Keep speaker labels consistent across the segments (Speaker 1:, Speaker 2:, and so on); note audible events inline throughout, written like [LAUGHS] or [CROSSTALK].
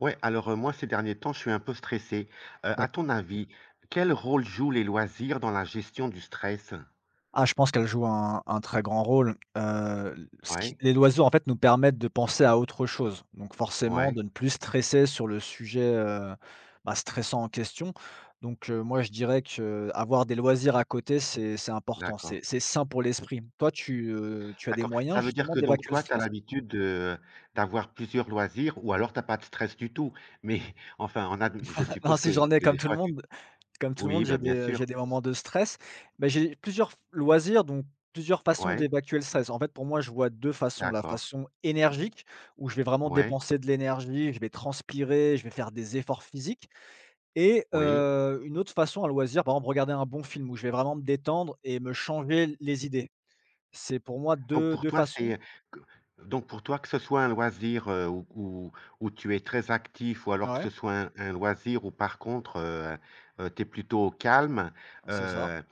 Speaker 1: Ouais, alors, moi, ces derniers temps, je suis un peu stressé. À ton
Speaker 2: D'acc
Speaker 1: avis, quel rôle jouent les loisirs dans la gestion du stress?
Speaker 2: ah, je pense qu'elle joue un très grand rôle, ce qui
Speaker 1: Ouais,
Speaker 2: les loisirs, en fait, nous permettent de penser à autre chose, donc forcément
Speaker 1: ouais,
Speaker 2: de ne plus stresser sur le sujet, bah, stressant en question. Donc moi, je dirais que avoir des loisirs à côté, c'est important,
Speaker 1: d'accord.
Speaker 2: c'est sain pour l'esprit. Toi, tu as des
Speaker 1: D'accord, ça
Speaker 2: moyens
Speaker 1: veut dire
Speaker 2: justement
Speaker 1: que donc
Speaker 2: d'évacuer le
Speaker 1: toi, tu as
Speaker 2: stress? [LAUGHS]
Speaker 1: l'habitude de d'avoir plusieurs loisirs ou alors t'as pas de stress du tout? Mais [LAUGHS] enfin, on adm je
Speaker 2: Non,
Speaker 1: suppose
Speaker 2: si
Speaker 1: que
Speaker 2: j'en ai comme
Speaker 1: des
Speaker 2: tout le
Speaker 1: fois tu
Speaker 2: monde. Comme tout le monde,
Speaker 1: oui, bah,
Speaker 2: j'ai des,
Speaker 1: bien
Speaker 2: euh, j'ai
Speaker 1: sûr.
Speaker 2: des moments de stress, mais j'ai plusieurs f loisirs, donc plusieurs façons
Speaker 1: Ouais,
Speaker 2: d'évacuer le stress. En fait, pour moi, je vois 2 façons. La
Speaker 1: d'accord.
Speaker 2: façon énergique, où je vais vraiment
Speaker 1: Ouais,
Speaker 2: dépenser de l'énergie, je vais transpirer, je vais faire des efforts physiques, et
Speaker 1: oui.
Speaker 2: une autre façon, un loisir, par exemple, regarder un bon film où je vais vraiment me détendre et me changer les idées. C'est pour moi
Speaker 1: Donc
Speaker 2: deux
Speaker 1: pour
Speaker 2: deux
Speaker 1: toi,
Speaker 2: façons.
Speaker 1: c'est Donc pour toi, que ce soit un loisir, où où tu es très actif ou alors que
Speaker 2: Ouais,
Speaker 1: ce soit un loisir où par contre, tu es plutôt au calme,
Speaker 2: c'est ça.
Speaker 1: heu,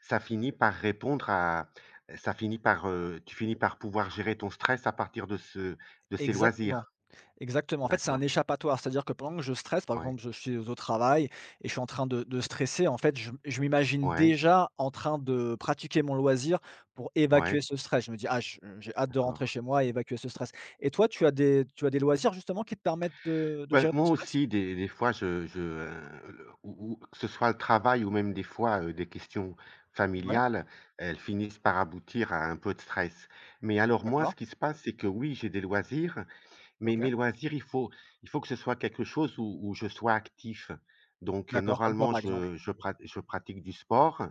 Speaker 1: ça finit par répondre à ça finit par, tu finis par pouvoir gérer ton stress à partir de ce de ces
Speaker 2: Exactement.
Speaker 1: loisirs?
Speaker 2: Exactement. En fait, c'est un
Speaker 1: D'accord.
Speaker 2: échappatoire. C'est-à-dire que pendant que je stresse, par
Speaker 1: Ouais.
Speaker 2: exemple, je suis au travail et je suis en train de stresser, en fait, je m'imagine
Speaker 1: Ouais.
Speaker 2: déjà en train de pratiquer mon loisir pour évacuer
Speaker 1: Ouais.
Speaker 2: ce stress. Je me dis, ah, j'ai hâte de rentrer
Speaker 1: D'accord.
Speaker 2: chez moi et évacuer ce stress. Et toi, tu as des loisirs justement qui te permettent de
Speaker 1: Ouais,
Speaker 2: gérer ton
Speaker 1: moi
Speaker 2: stress?
Speaker 1: aussi, des fois, le ou que ce soit le travail ou même des fois, des questions
Speaker 2: Ouais,
Speaker 1: familiales, elles finissent par aboutir à un peu de stress. Mais alors moi, ce
Speaker 2: d'accord.
Speaker 1: qui se passe, c'est que oui, j'ai des loisirs, mais
Speaker 2: Ok.
Speaker 1: mes loisirs, il faut que ce soit quelque chose où je sois actif. Donc,
Speaker 2: D'accord. Comme quoi,
Speaker 1: normalement,
Speaker 2: par exemple?
Speaker 1: je pratique du sport,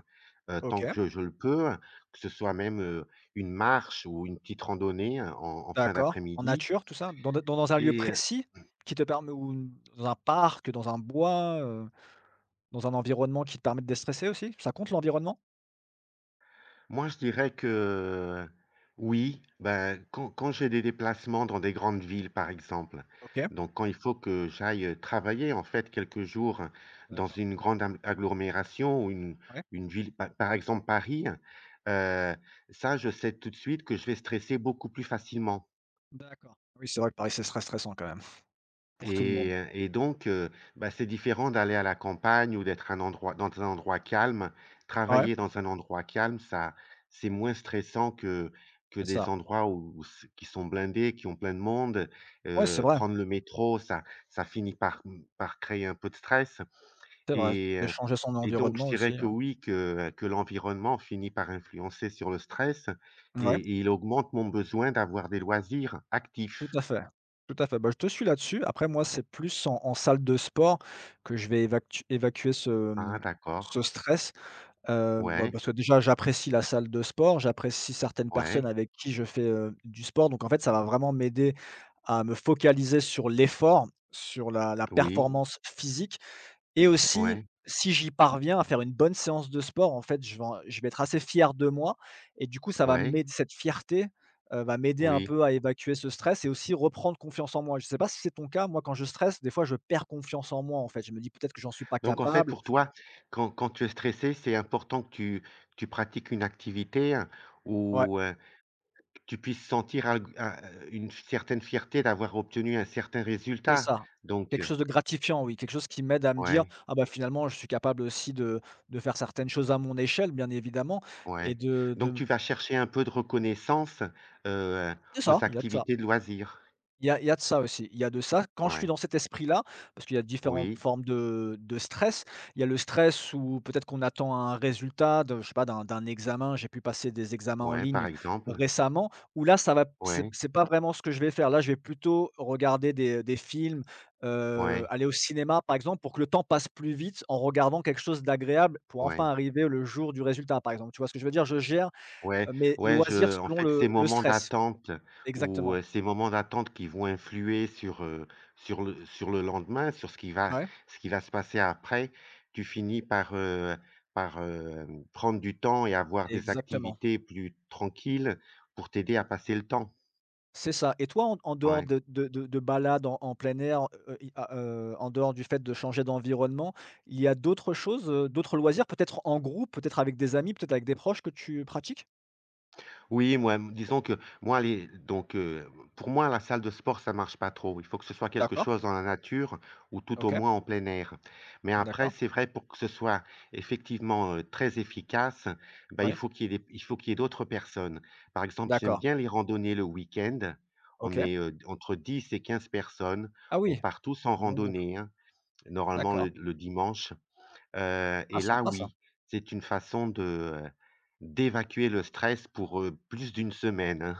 Speaker 2: Ok.
Speaker 1: tant que je le peux, que ce soit même, une marche ou une petite randonnée en en fin
Speaker 2: D'accord. En
Speaker 1: d'après-midi
Speaker 2: nature, tout ça? Dans un lieu
Speaker 1: et
Speaker 2: précis qui te permet, dans un parc, dans un bois, dans un environnement qui te permet de déstresser aussi? Ça compte l'environnement?
Speaker 1: moi, je dirais que oui, ben, quand, quand j'ai des déplacements dans des grandes villes, par exemple,
Speaker 2: OK.
Speaker 1: donc quand il faut que j'aille travailler, en fait, quelques jours dans
Speaker 2: D'accord.
Speaker 1: une grande am- agglomération ou
Speaker 2: Ouais.
Speaker 1: une ville, pa- par exemple Paris, euh, ça, je sais tout de suite que je vais stresser beaucoup plus facilement.
Speaker 2: D'accord. Oui, c'est vrai que Paris, c'est très stressant quand même, pour tout le
Speaker 1: Et
Speaker 2: monde.
Speaker 1: heu et donc bah, c'est différent d'aller à la campagne ou d'être un endroit dans un endroit calme.
Speaker 2: Ouais,
Speaker 1: Travailler dans un endroit calme, ça c'est moins stressant que
Speaker 2: c'est
Speaker 1: des
Speaker 2: ça.
Speaker 1: endroits où c qui sont blindés, qui ont plein de monde.
Speaker 2: Ouais, c'est vrai,
Speaker 1: Prendre le métro, ça ça finit par par créer un peu de stress
Speaker 2: c'est vrai.
Speaker 1: et
Speaker 2: De
Speaker 1: heu
Speaker 2: changer son
Speaker 1: et donc je
Speaker 2: environnement aussi,
Speaker 1: dirais que
Speaker 2: heu.
Speaker 1: oui, que l'environnement finit par influencer sur le stress
Speaker 2: Ouais,
Speaker 1: et il augmente mon besoin d'avoir des loisirs actifs.
Speaker 2: tout à fait, tout à fait. Bah, je te suis là-dessus. Après moi, c'est plus en salle de sport que je vais évactu évacuer
Speaker 1: Ah
Speaker 2: mmh, ce
Speaker 1: d'accord.
Speaker 2: stress, bah,
Speaker 1: Ouais,
Speaker 2: parce que déjà, j'apprécie la salle de sport, j'apprécie certaines personnes
Speaker 1: ouais.
Speaker 2: avec qui je fais, du sport. Donc en fait, ça va vraiment m'aider à me focaliser sur l'effort, sur la
Speaker 1: Oui,
Speaker 2: performance physique. Et aussi,
Speaker 1: ouais,
Speaker 2: si j'y parviens à faire une bonne séance de sport, en fait, je vais être assez fier de moi et du coup, ça va
Speaker 1: ouais,
Speaker 2: m'aider, cette fierté, va m'aider un
Speaker 1: oui.
Speaker 2: peu à évacuer ce stress et aussi reprendre confiance en moi. Je ne sais pas si c'est ton cas. Moi, quand je stresse, des fois, je perds confiance en moi, en fait. Je me dis: «Peut-être que j'en suis pas
Speaker 1: Donc en fait,
Speaker 2: capable».
Speaker 1: pour toi, quand quand tu es stressé, c'est important que tu pratiques une activité, hein,
Speaker 2: Ouais,
Speaker 1: où, tu puisses sentir un une certaine fierté d'avoir obtenu un certain
Speaker 2: c'est
Speaker 1: résultat.
Speaker 2: ça.
Speaker 1: Donc
Speaker 2: Quelque chose de gratifiant, oui, quelque chose qui m'aide à me dire:
Speaker 1: ouais,
Speaker 2: «Ah bah, finalement, je suis capable aussi de faire certaines choses à mon échelle», bien évidemment et
Speaker 1: ouais. Donc
Speaker 2: de
Speaker 1: tu vas chercher un peu de reconnaissance, heu,
Speaker 2: c'est ça,
Speaker 1: aux
Speaker 2: il y a de ça.
Speaker 1: activités de loisirs?
Speaker 2: Il y a de ça aussi. Il y a de ça. Quand je suis
Speaker 1: Ouais,
Speaker 2: dans cet esprit-là, parce qu'il y a différentes
Speaker 1: oui,
Speaker 2: formes de stress. Il y a le stress où peut-être qu'on attend un résultat de je sais pas d'un examen. J'ai pu passer des examens en
Speaker 1: ouais, par
Speaker 2: ligne
Speaker 1: exemple.
Speaker 2: récemment, où là ça va, c'est
Speaker 1: Ouais,
Speaker 2: c'est pas vraiment ce que je vais faire. Là, je vais plutôt regarder des films,
Speaker 1: ouais,
Speaker 2: aller au cinéma par exemple pour que le temps passe plus vite en regardant quelque chose d'agréable pour
Speaker 1: ouais.
Speaker 2: enfin arriver le jour du résultat par exemple. Tu vois ce que je veux dire? Je gère,
Speaker 1: Ouais,
Speaker 2: mes
Speaker 1: ouais,
Speaker 2: loisirs
Speaker 1: je en
Speaker 2: selon
Speaker 1: fait, ces
Speaker 2: le
Speaker 1: moments
Speaker 2: stress.
Speaker 1: d'attente ou
Speaker 2: Exactement.
Speaker 1: ces moments d'attente qui vont influer sur, sur le lendemain, sur
Speaker 2: Ouais,
Speaker 1: ce qui va se passer après, tu finis par, par, prendre du temps et avoir des
Speaker 2: exactement.
Speaker 1: activités plus tranquilles pour t'aider à passer le temps.
Speaker 2: C'est ça, et toi, en dehors
Speaker 1: Ouais.
Speaker 2: de balades en plein air, i a en dehors du fait de changer d'environnement, il y a d'autres choses, d'autres loisirs, peut-être en groupe, peut-être avec des amis, peut-être avec des proches que tu pratiques?
Speaker 1: Oui, moi, mmh, disons que moi les donc pour moi la salle de sport ça marche pas trop. Il faut que ce soit quelque
Speaker 2: D'accord,
Speaker 1: chose dans la nature ou tout au
Speaker 2: OK,
Speaker 1: moins en plein air. Mais après
Speaker 2: d'accord.
Speaker 1: c'est vrai pour que ce soit effectivement, très efficace, bah,
Speaker 2: Oui.
Speaker 1: il faut qu'il y ait d'autres personnes. Par exemple, j'aime
Speaker 2: D'accord,
Speaker 1: bien les randonnées le week-end. On
Speaker 2: OK.
Speaker 1: est, entre 10 et 15 personnes.
Speaker 2: Ah
Speaker 1: On
Speaker 2: oui,
Speaker 1: part tous en
Speaker 2: un bon groupe,
Speaker 1: randonnée, hein, normalement
Speaker 2: d'accord.
Speaker 1: le dimanche.
Speaker 2: Ah,
Speaker 1: Et là,
Speaker 2: sympa ça.
Speaker 1: oui, c'est une façon de, d'évacuer le stress pour, plus d'une semaine, hein.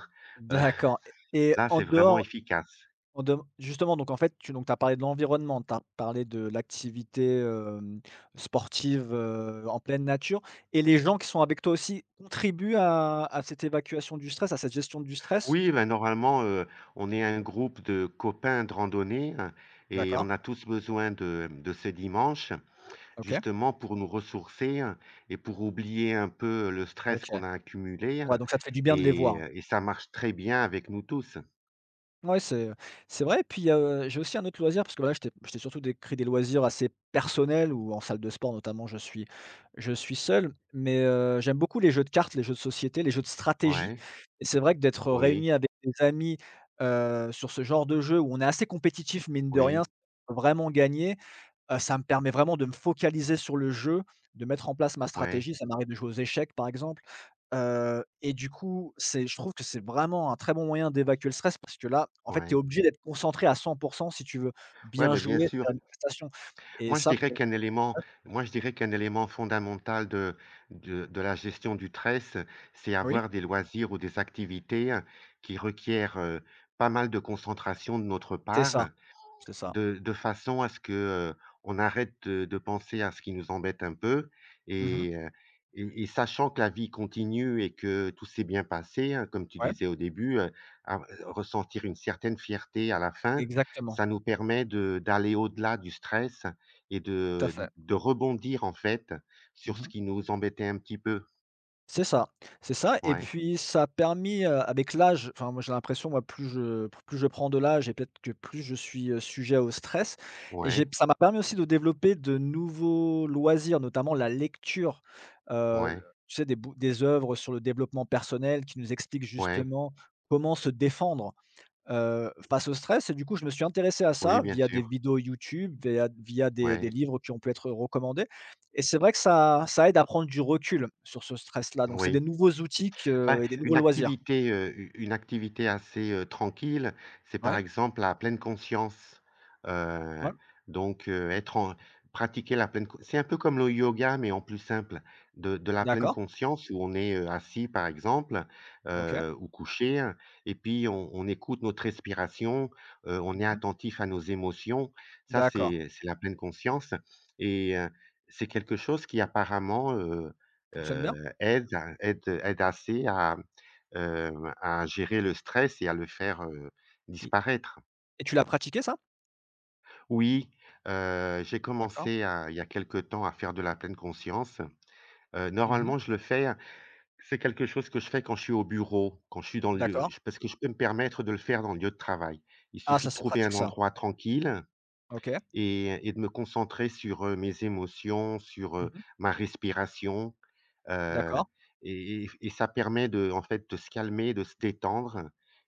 Speaker 1: Heu,
Speaker 2: D'accord et
Speaker 1: Là,
Speaker 2: en
Speaker 1: c'est vraiment
Speaker 2: dehors.
Speaker 1: efficace.
Speaker 2: On dem Justement, donc en fait, tu donc tu as parlé de l'environnement, tu as parlé de l'activité, sportive, en pleine nature, et les gens qui sont avec toi aussi contribuent à cette évacuation du stress, à cette gestion du stress?
Speaker 1: Oui, ben, normalement, on est un groupe de copains de randonnée, hein et on
Speaker 2: D'accord,
Speaker 1: a tous besoin de ce dimanche,
Speaker 2: OK,
Speaker 1: justement pour nous ressourcer, hein et pour oublier un peu le stress
Speaker 2: OK.
Speaker 1: qu'on a accumulé,
Speaker 2: Ouais,
Speaker 1: hein
Speaker 2: donc ça te fait du bien de les
Speaker 1: et
Speaker 2: voir?
Speaker 1: heu et ça marche très bien avec nous tous.
Speaker 2: Ouais, c'est vrai. Puis, j'ai aussi un autre loisir parce que là, je t'ai surtout décrit des loisirs assez personnels ou en salle de sport notamment. Je suis seul. Mais, j'aime beaucoup les jeux de cartes, les jeux de société, les jeux de stratégie,
Speaker 1: Ouais.
Speaker 2: et c'est vrai que d'être
Speaker 1: Oui,
Speaker 2: réuni avec des amis, sur ce genre de jeu où on est assez compétitif mine de rien,
Speaker 1: oui,
Speaker 2: vraiment gagner, ça me permet vraiment de me focaliser sur le jeu, de mettre en place ma
Speaker 1: ouais,
Speaker 2: stratégie. Ça m'arrive de jouer aux échecs, par exemple. Et du coup, c'est je trouve que c'est vraiment un très bon moyen d'évacuer le stress parce que là, en fait, tu es
Speaker 1: ouais.
Speaker 2: obligé d'être concentré à 100% si tu veux
Speaker 1: Ouais,
Speaker 2: bien
Speaker 1: ben bien
Speaker 2: jouer,
Speaker 1: sûr.
Speaker 2: faire une prestation. Et
Speaker 1: Moi, je
Speaker 2: ça
Speaker 1: dirais
Speaker 2: pour
Speaker 1: qu'un élément moi, je dirais qu'un élément fondamental de la gestion du stress, c'est
Speaker 2: Oui,
Speaker 1: avoir des loisirs ou des activités qui requièrent, pas mal de concentration de notre
Speaker 2: c'est ça,
Speaker 1: part
Speaker 2: c'est ça.
Speaker 1: de façon à ce que, on arrête de penser à ce qui nous embête un peu
Speaker 2: Mmh mh.
Speaker 1: et heu et et sachant que la vie continue et que tout s'est bien passé, hein, comme tu
Speaker 2: Ouais,
Speaker 1: disais au début, à ressentir une certaine fierté à la fin,
Speaker 2: exactement,
Speaker 1: ça nous permet de d'aller au-delà du stress et
Speaker 2: tout à fait.
Speaker 1: de rebondir, en fait, sur
Speaker 2: Mmh
Speaker 1: ce
Speaker 2: mh.
Speaker 1: qui nous embêtait un petit peu.
Speaker 2: C'est ça, c'est ça, et
Speaker 1: Ouais,
Speaker 2: puis ça a permis, avec l'âge, enfin moi j'ai l'impression, moi plus je prends de l'âge et peut-être que plus je suis, sujet au stress, et j'ai
Speaker 1: ouais,
Speaker 2: ça m'a permis aussi de développer de nouveaux loisirs, notamment la lecture, heu,
Speaker 1: ouais,
Speaker 2: tu sais, des œuvres sur le développement personnel qui nous expliquent
Speaker 1: ouais.
Speaker 2: justement comment se défendre. Face au stress, et du coup, je me suis intéressé à
Speaker 1: Oui,
Speaker 2: ça
Speaker 1: bien
Speaker 2: via des
Speaker 1: sûr.
Speaker 2: vidéos YouTube, via des
Speaker 1: Ouais,
Speaker 2: livres qui ont pu être recommandés, et c'est vrai que ça aide à prendre du recul sur ce stress-là, donc c'est des
Speaker 1: oui.
Speaker 2: nouveaux outils
Speaker 1: Bah,
Speaker 2: que et des nouveaux
Speaker 1: une
Speaker 2: loisirs.
Speaker 1: activité, u une activité assez, tranquille, c'est par
Speaker 2: Ouais,
Speaker 1: exemple la pleine conscience. Heu,
Speaker 2: ouais,
Speaker 1: donc être en pratiquer la pleine co c'est un peu comme le yoga, mais en plus simple. De la pleine
Speaker 2: d'accord,
Speaker 1: conscience où on est, assis par exemple,
Speaker 2: OK.
Speaker 1: ou couché hein, et puis on écoute notre respiration, on est
Speaker 2: Mmh.
Speaker 1: attentif à nos émotions. Ça,
Speaker 2: D'accord.
Speaker 1: c'est la pleine conscience et c'est quelque chose qui apparemment,
Speaker 2: Fonctionne bien,
Speaker 1: aide à aide, aide assez à, à gérer le stress et à le faire,
Speaker 2: et
Speaker 1: disparaître.
Speaker 2: et tu l'as pratiqué ça?
Speaker 1: Oui, j'ai
Speaker 2: D'accord.
Speaker 1: commencé à il y a quelque temps à faire de la pleine conscience.
Speaker 2: Mmh.
Speaker 1: Normalement, je le fais c'est quelque chose que je fais quand je suis au bureau, quand je suis dans le lieu
Speaker 2: D'accord.
Speaker 1: je parce que je peux me permettre de le faire dans le lieu de travail. Il
Speaker 2: Ah
Speaker 1: suffit
Speaker 2: ça,
Speaker 1: de
Speaker 2: c'est
Speaker 1: trouver
Speaker 2: pratique
Speaker 1: un
Speaker 2: ça.
Speaker 1: endroit tranquille
Speaker 2: OK.
Speaker 1: et de me concentrer sur, mes émotions, sur,
Speaker 2: Mmh.
Speaker 1: ma respiration. Heu
Speaker 2: D'accord,
Speaker 1: et et ça permet de, en fait, de se calmer, de se détendre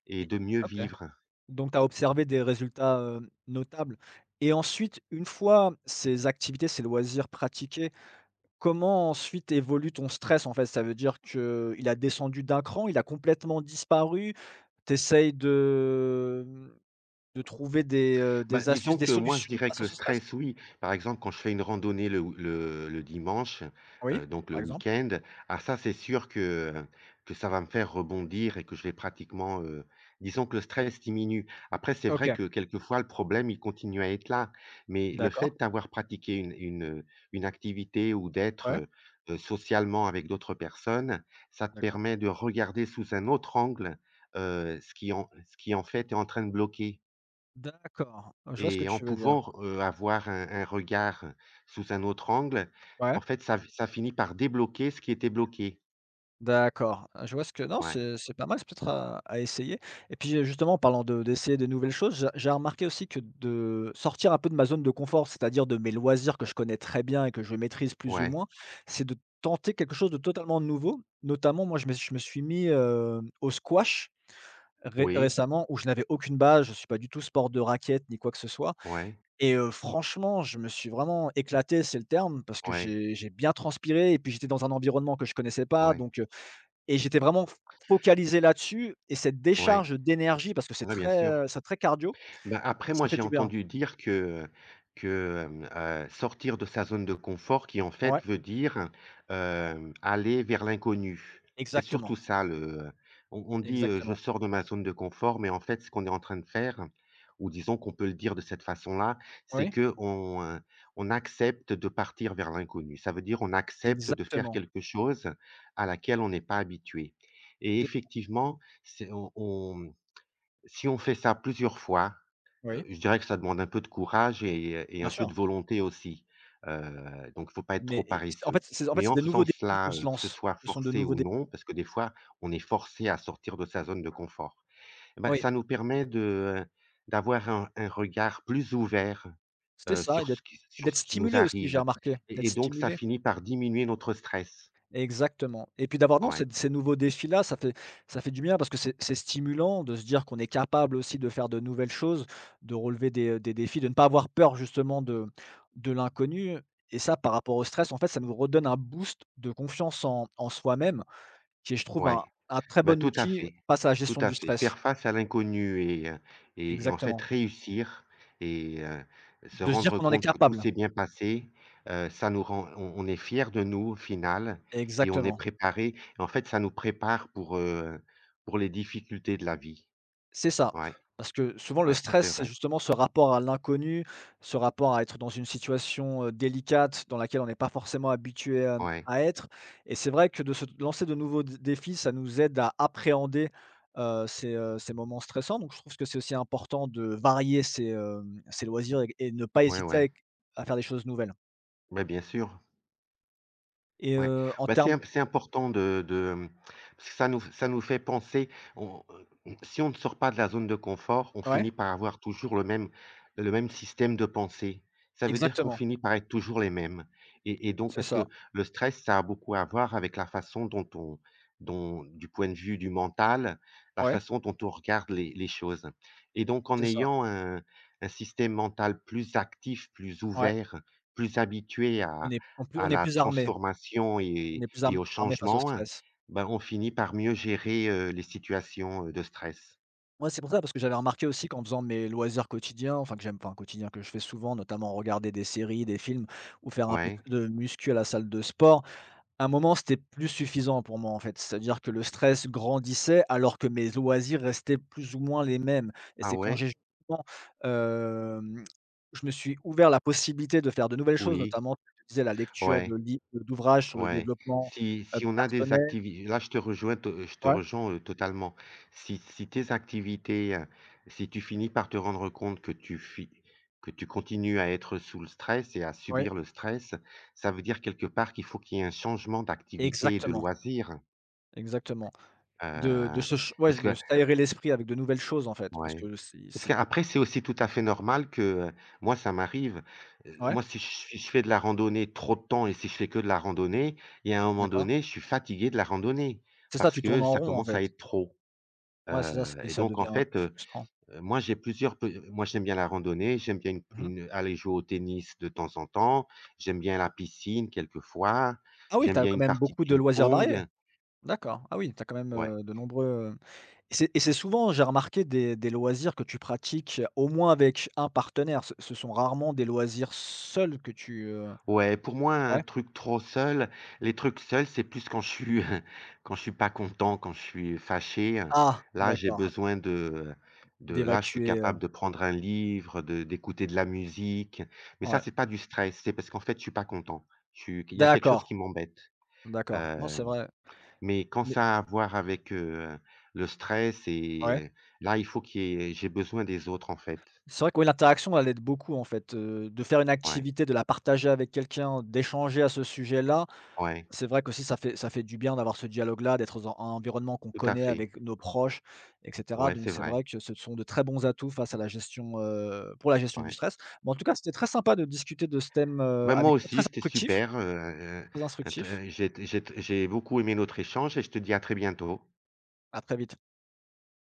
Speaker 1: et
Speaker 2: et
Speaker 1: de mieux
Speaker 2: OK.
Speaker 1: vivre.
Speaker 2: Donc tu as observé des résultats, notables, et ensuite, une fois ces activités, ces loisirs pratiqués, comment ensuite évolue ton stress en fait? Ça veut dire que il a descendu d'un cran, il a complètement disparu? T'essayes de trouver des, heu,
Speaker 1: Bah,
Speaker 2: des
Speaker 1: disons
Speaker 2: astuces, des
Speaker 1: que moi, je
Speaker 2: solutions
Speaker 1: dirais
Speaker 2: face
Speaker 1: que
Speaker 2: à
Speaker 1: le
Speaker 2: ce stress?
Speaker 1: stress, oui. Par exemple, quand je fais une randonnée le dimanche,
Speaker 2: Oui,
Speaker 1: donc le
Speaker 2: par exemple?
Speaker 1: week-end, ah ça, c'est sûr que ça va me faire rebondir et que je vais pratiquement, disons que le stress diminue. Après, c'est vrai
Speaker 2: OK,
Speaker 1: que quelquefois, le problème, il continue à être là. Mais le
Speaker 2: d'accord,
Speaker 1: fait d'avoir pratiqué une activité ou d'être
Speaker 2: ouais,
Speaker 1: socialement avec d'autres personnes, ça te
Speaker 2: d'accord.
Speaker 1: permet de regarder sous un autre angle, ce qui en fait est en train de bloquer.
Speaker 2: D'accord, je vois ce que
Speaker 1: Et en
Speaker 2: tu veux dire.
Speaker 1: pouvant, avoir un regard sous un autre angle,
Speaker 2: Ouais.
Speaker 1: en fait, ça ça finit par débloquer ce qui était bloqué.
Speaker 2: D'accord, ah, je vois ce que non,
Speaker 1: Ouais,
Speaker 2: c'est pas mal, c'est peut-être à essayer, et puis, justement, en parlant de d'essayer des nouvelles choses, j'ai remarqué aussi que de sortir un peu de ma zone de confort, c'est-à-dire de mes loisirs que je connais très bien et que je maîtrise plus ou
Speaker 1: ouais,
Speaker 2: moins, c'est de tenter quelque chose de totalement nouveau. Notamment, moi, je me suis mis, au squash ré
Speaker 1: oui,
Speaker 2: récemment, où je n'avais aucune base, je ne suis pas du tout sport de raquette ni quoi que ce soit,
Speaker 1: ouais,
Speaker 2: et franchement, je me suis vraiment éclaté, c'est le terme, parce que
Speaker 1: ouais,
Speaker 2: j'ai bien transpiré, et puis j'étais dans un environnement que je connaissais pas,
Speaker 1: ouais,
Speaker 2: donc, et j'étais vraiment f focalisé là-dessus, et cette
Speaker 1: ouais.
Speaker 2: décharge d'énergie parce que
Speaker 1: Ouais, bien sûr.
Speaker 2: c'est très cardio,
Speaker 1: Bah, après moi,
Speaker 2: ça fait
Speaker 1: j'ai
Speaker 2: du bien.
Speaker 1: entendu dire que, sortir de sa zone de confort qui, en fait,
Speaker 2: Ouais,
Speaker 1: veut dire, aller vers l'inconnu. C'est surtout
Speaker 2: exactement,
Speaker 1: ça le On dit, «Je
Speaker 2: exactement.
Speaker 1: sors de ma zone de confort», mais en fait, ce qu'on est en train de faire ou disons qu'on peut le dire de cette façon-là, c'est
Speaker 2: Oui,
Speaker 1: qu'on, on accepte de partir vers l'inconnu. Ça veut dire on accepte de faire
Speaker 2: exactement.
Speaker 1: quelque chose à laquelle on n'est pas habitué et
Speaker 2: C'est
Speaker 1: effectivement, c'est on si on fait ça plusieurs fois
Speaker 2: Oui,
Speaker 1: je dirais que ça demande un peu de courage et
Speaker 2: bien
Speaker 1: un peu
Speaker 2: sûr.
Speaker 1: de volonté aussi. Donc il faut pas être trop
Speaker 2: Et en
Speaker 1: paresseux.
Speaker 2: fait,
Speaker 1: Mais
Speaker 2: c'est
Speaker 1: en
Speaker 2: des
Speaker 1: faisant
Speaker 2: nouveaux défis qu'on
Speaker 1: cela,
Speaker 2: se
Speaker 1: que ce
Speaker 2: lance.
Speaker 1: soit
Speaker 2: Ce sont de
Speaker 1: forcé
Speaker 2: nouveaux
Speaker 1: ou
Speaker 2: défis.
Speaker 1: non, parce que des fois, on est forcé à sortir de sa zone de confort. Eh ben,
Speaker 2: Oui,
Speaker 1: ça nous permet de, d'avoir un regard plus ouvert,
Speaker 2: c'est ça, et d'être et
Speaker 1: sur
Speaker 2: d'être
Speaker 1: ce qui nous
Speaker 2: stimulé aussi, j'ai
Speaker 1: arrive
Speaker 2: remarqué, d'être
Speaker 1: et donc ça
Speaker 2: stimulé.
Speaker 1: finit par diminuer notre stress.
Speaker 2: Exactement. Et puis d'avoir non,
Speaker 1: Ouais,
Speaker 2: ces nouveaux défis-là, ça fait du bien parce que c'est stimulant de se dire qu'on est capable aussi de faire de nouvelles choses, de relever des défis, de ne pas avoir peur justement de l'inconnu, et ça par rapport au stress, en fait, ça nous redonne un boost de confiance en soi-même, qui est, je trouve,
Speaker 1: ouais.
Speaker 2: un très
Speaker 1: Bah,
Speaker 2: bon
Speaker 1: tout à
Speaker 2: outil
Speaker 1: fait,
Speaker 2: face à la
Speaker 1: tout
Speaker 2: gestion
Speaker 1: à
Speaker 2: du
Speaker 1: fait.
Speaker 2: stress.
Speaker 1: Faire face à l'inconnu et en fait
Speaker 2: Exactement.
Speaker 1: réussir et heu, se
Speaker 2: De se dire
Speaker 1: rendre
Speaker 2: qu'on en est
Speaker 1: compte que tout
Speaker 2: capable.
Speaker 1: s'est bien passé, ça nous rend on est fier de nous au final et on est
Speaker 2: Exactement.
Speaker 1: préparé. En fait, ça nous prépare pour les difficultés de la vie.
Speaker 2: C'est ça,
Speaker 1: Ouais,
Speaker 2: parce que souvent le
Speaker 1: ouais, ça
Speaker 2: stress,
Speaker 1: c'est
Speaker 2: c'est
Speaker 1: vrai.
Speaker 2: justement ce rapport à l'inconnu, ce rapport à être dans une situation, délicate dans laquelle on n'est pas forcément habitué,
Speaker 1: Ouais,
Speaker 2: à être, et c'est vrai que de se lancer de nouveaux d défis, ça nous aide à appréhender, ces moments stressants. Donc je trouve que c'est aussi important de varier ses, ses loisirs, et ne pas
Speaker 1: ouais,
Speaker 2: hésiter
Speaker 1: ouais.
Speaker 2: avec à faire des choses nouvelles,
Speaker 1: Beh, bien sûr.
Speaker 2: et
Speaker 1: Ouais,
Speaker 2: en
Speaker 1: bah,
Speaker 2: termes
Speaker 1: c'est important de, mmh, parce que ça nous fait penser, on si on ne sort pas de la zone de confort, on
Speaker 2: ouais,
Speaker 1: finit par avoir toujours le même système de pensée. Ça veut dire qu'on
Speaker 2: exactement,
Speaker 1: finit par être toujours les mêmes et donc
Speaker 2: c'est
Speaker 1: parce
Speaker 2: ça,
Speaker 1: que le stress, ça a beaucoup à voir avec la façon dont on dont du point de vue du mental, la
Speaker 2: ouais,
Speaker 1: façon dont on regarde les choses et donc en
Speaker 2: c'est ça,
Speaker 1: ayant un système mental plus actif, plus
Speaker 2: ouais,
Speaker 1: ouvert, plus habitué à
Speaker 2: on est
Speaker 1: la
Speaker 2: plus armés,
Speaker 1: transformation
Speaker 2: on est plus
Speaker 1: et au
Speaker 2: armés face au
Speaker 1: changement, hein,
Speaker 2: stress.
Speaker 1: ben, on finit par mieux gérer, les situations, de stress.
Speaker 2: Ouais, c'est pour ça, parce que j'avais remarqué aussi qu'en faisant mes loisirs quotidiens, enfin que j'aime, enfin quotidien que je fais souvent, notamment regarder des séries, des films, ou faire un peu
Speaker 1: Ouais.
Speaker 2: de muscu à la salle de sport, à un moment, c'était plus suffisant pour moi en fait. C'est-à-dire que le stress grandissait alors que mes loisirs restaient plus ou moins les mêmes, et
Speaker 1: Ah
Speaker 2: c'est quand
Speaker 1: ouais?
Speaker 2: j'ai justement, hem, je me suis ouvert la possibilité de faire de nouvelles choses,
Speaker 1: Oui.
Speaker 2: notamment, tu disais, la lecture
Speaker 1: Ouais,
Speaker 2: de li d'ouvrages sur le
Speaker 1: ouais.
Speaker 2: développement,
Speaker 1: Si si on a des
Speaker 2: personnel.
Speaker 1: activités, là, je te
Speaker 2: Ouais,
Speaker 1: rejoins, totalement. Si si tes activités, si tu finis par te rendre compte que tu fi que tu continues à être sous le stress et à
Speaker 2: ouais,
Speaker 1: subir le stress, ça veut dire quelque part qu'il faut qu'il y ait un changement d'activité et de
Speaker 2: exactement,
Speaker 1: loisirs.
Speaker 2: exactement. De
Speaker 1: Heu,
Speaker 2: se ch ouais,
Speaker 1: parce
Speaker 2: de
Speaker 1: que
Speaker 2: s'aérer l'esprit avec de nouvelles choses, en fait, parce
Speaker 1: Ouais.
Speaker 2: que
Speaker 1: Parce
Speaker 2: c'est
Speaker 1: qu'après, c'est aussi tout à fait normal que, heu, moi, ça m'arrive,
Speaker 2: ouais,
Speaker 1: moi, si je si je fais de la randonnée trop de temps et si je fais que de la randonnée, il y a un moment
Speaker 2: d'accord.
Speaker 1: donné, je suis fatigué de la randonnée
Speaker 2: C'est ça,
Speaker 1: parce
Speaker 2: tu
Speaker 1: que
Speaker 2: tournes en
Speaker 1: ça
Speaker 2: rond, en
Speaker 1: commence à
Speaker 2: fait.
Speaker 1: être trop,
Speaker 2: Ouais, c'est ça, c'est
Speaker 1: heu
Speaker 2: et
Speaker 1: et
Speaker 2: ça
Speaker 1: donc en
Speaker 2: devient
Speaker 1: fait, heu
Speaker 2: frustrant.
Speaker 1: moi, j'ai plusieurs pe moi, j'aime bien la randonnée, j'aime bien
Speaker 2: Mmh mh.
Speaker 1: une aller jouer au tennis de temps en temps, j'aime bien la piscine quelquefois,
Speaker 2: Ah oui, tu
Speaker 1: j'aime
Speaker 2: as
Speaker 1: bien
Speaker 2: quand
Speaker 1: une
Speaker 2: même
Speaker 1: partie de
Speaker 2: beaucoup de loisirs variés?
Speaker 1: ping-pong.
Speaker 2: D'accord. Ah oui, tu as quand même,
Speaker 1: Ouais.
Speaker 2: de nombreux, heu et c'est souvent, j'ai remarqué, des loisirs que tu pratiques au moins avec un partenaire. Ce sont rarement des loisirs seuls que
Speaker 1: Ouais, pour moi, un
Speaker 2: ouais?
Speaker 1: truc trop seul les trucs seuls, c'est plus quand je suis [LAUGHS] quand je suis pas content, quand je suis fâché. Hein.
Speaker 2: Ah,
Speaker 1: Là, j'ai
Speaker 2: d'accord,
Speaker 1: besoin de je suis
Speaker 2: d'évacuer, heu
Speaker 1: capable de prendre un livre, de d'écouter de la musique. Mais ça,
Speaker 2: ouais.
Speaker 1: c'est pas du stress, c'est parce qu'en fait, je suis pas content. Je suis Il y a quelque chose qui
Speaker 2: D'accord,
Speaker 1: m'embête.
Speaker 2: d'accord. Non,
Speaker 1: Heu,
Speaker 2: c'est vrai,
Speaker 1: mais quand
Speaker 2: mais
Speaker 1: ça a à voir avec, le stress
Speaker 2: ouais.
Speaker 1: là, il faut qu'il y ait j'ai besoin des autres, en fait.
Speaker 2: C'est vrai que oui, l'interaction, elle aide beaucoup en fait, de faire une
Speaker 1: Ouais,
Speaker 2: activité, de la partager avec quelqu'un, d'échanger à ce sujet-là.
Speaker 1: ouais,
Speaker 2: C'est vrai qu'aussi ça fait du bien d'avoir ce dialogue-là, d'être dans un environnement qu'on
Speaker 1: tout à
Speaker 2: connaît
Speaker 1: fait.
Speaker 2: avec nos proches et cetera.
Speaker 1: Ouais,
Speaker 2: Donc
Speaker 1: c'est
Speaker 2: c'est
Speaker 1: vrai.
Speaker 2: vrai que ce sont de très bons atouts face à la gestion, pour la gestion du
Speaker 1: Ouais.
Speaker 2: stress. Mais en tout cas, c'était très sympa de discuter de ce thème,
Speaker 1: Ben moi
Speaker 2: avec toi, très
Speaker 1: aussi, c'était
Speaker 2: instructif,
Speaker 1: super,
Speaker 2: très
Speaker 1: int
Speaker 2: instructif.
Speaker 1: j'ai j'ai beaucoup aimé notre échange et je te dis à très bientôt.
Speaker 2: À très vite.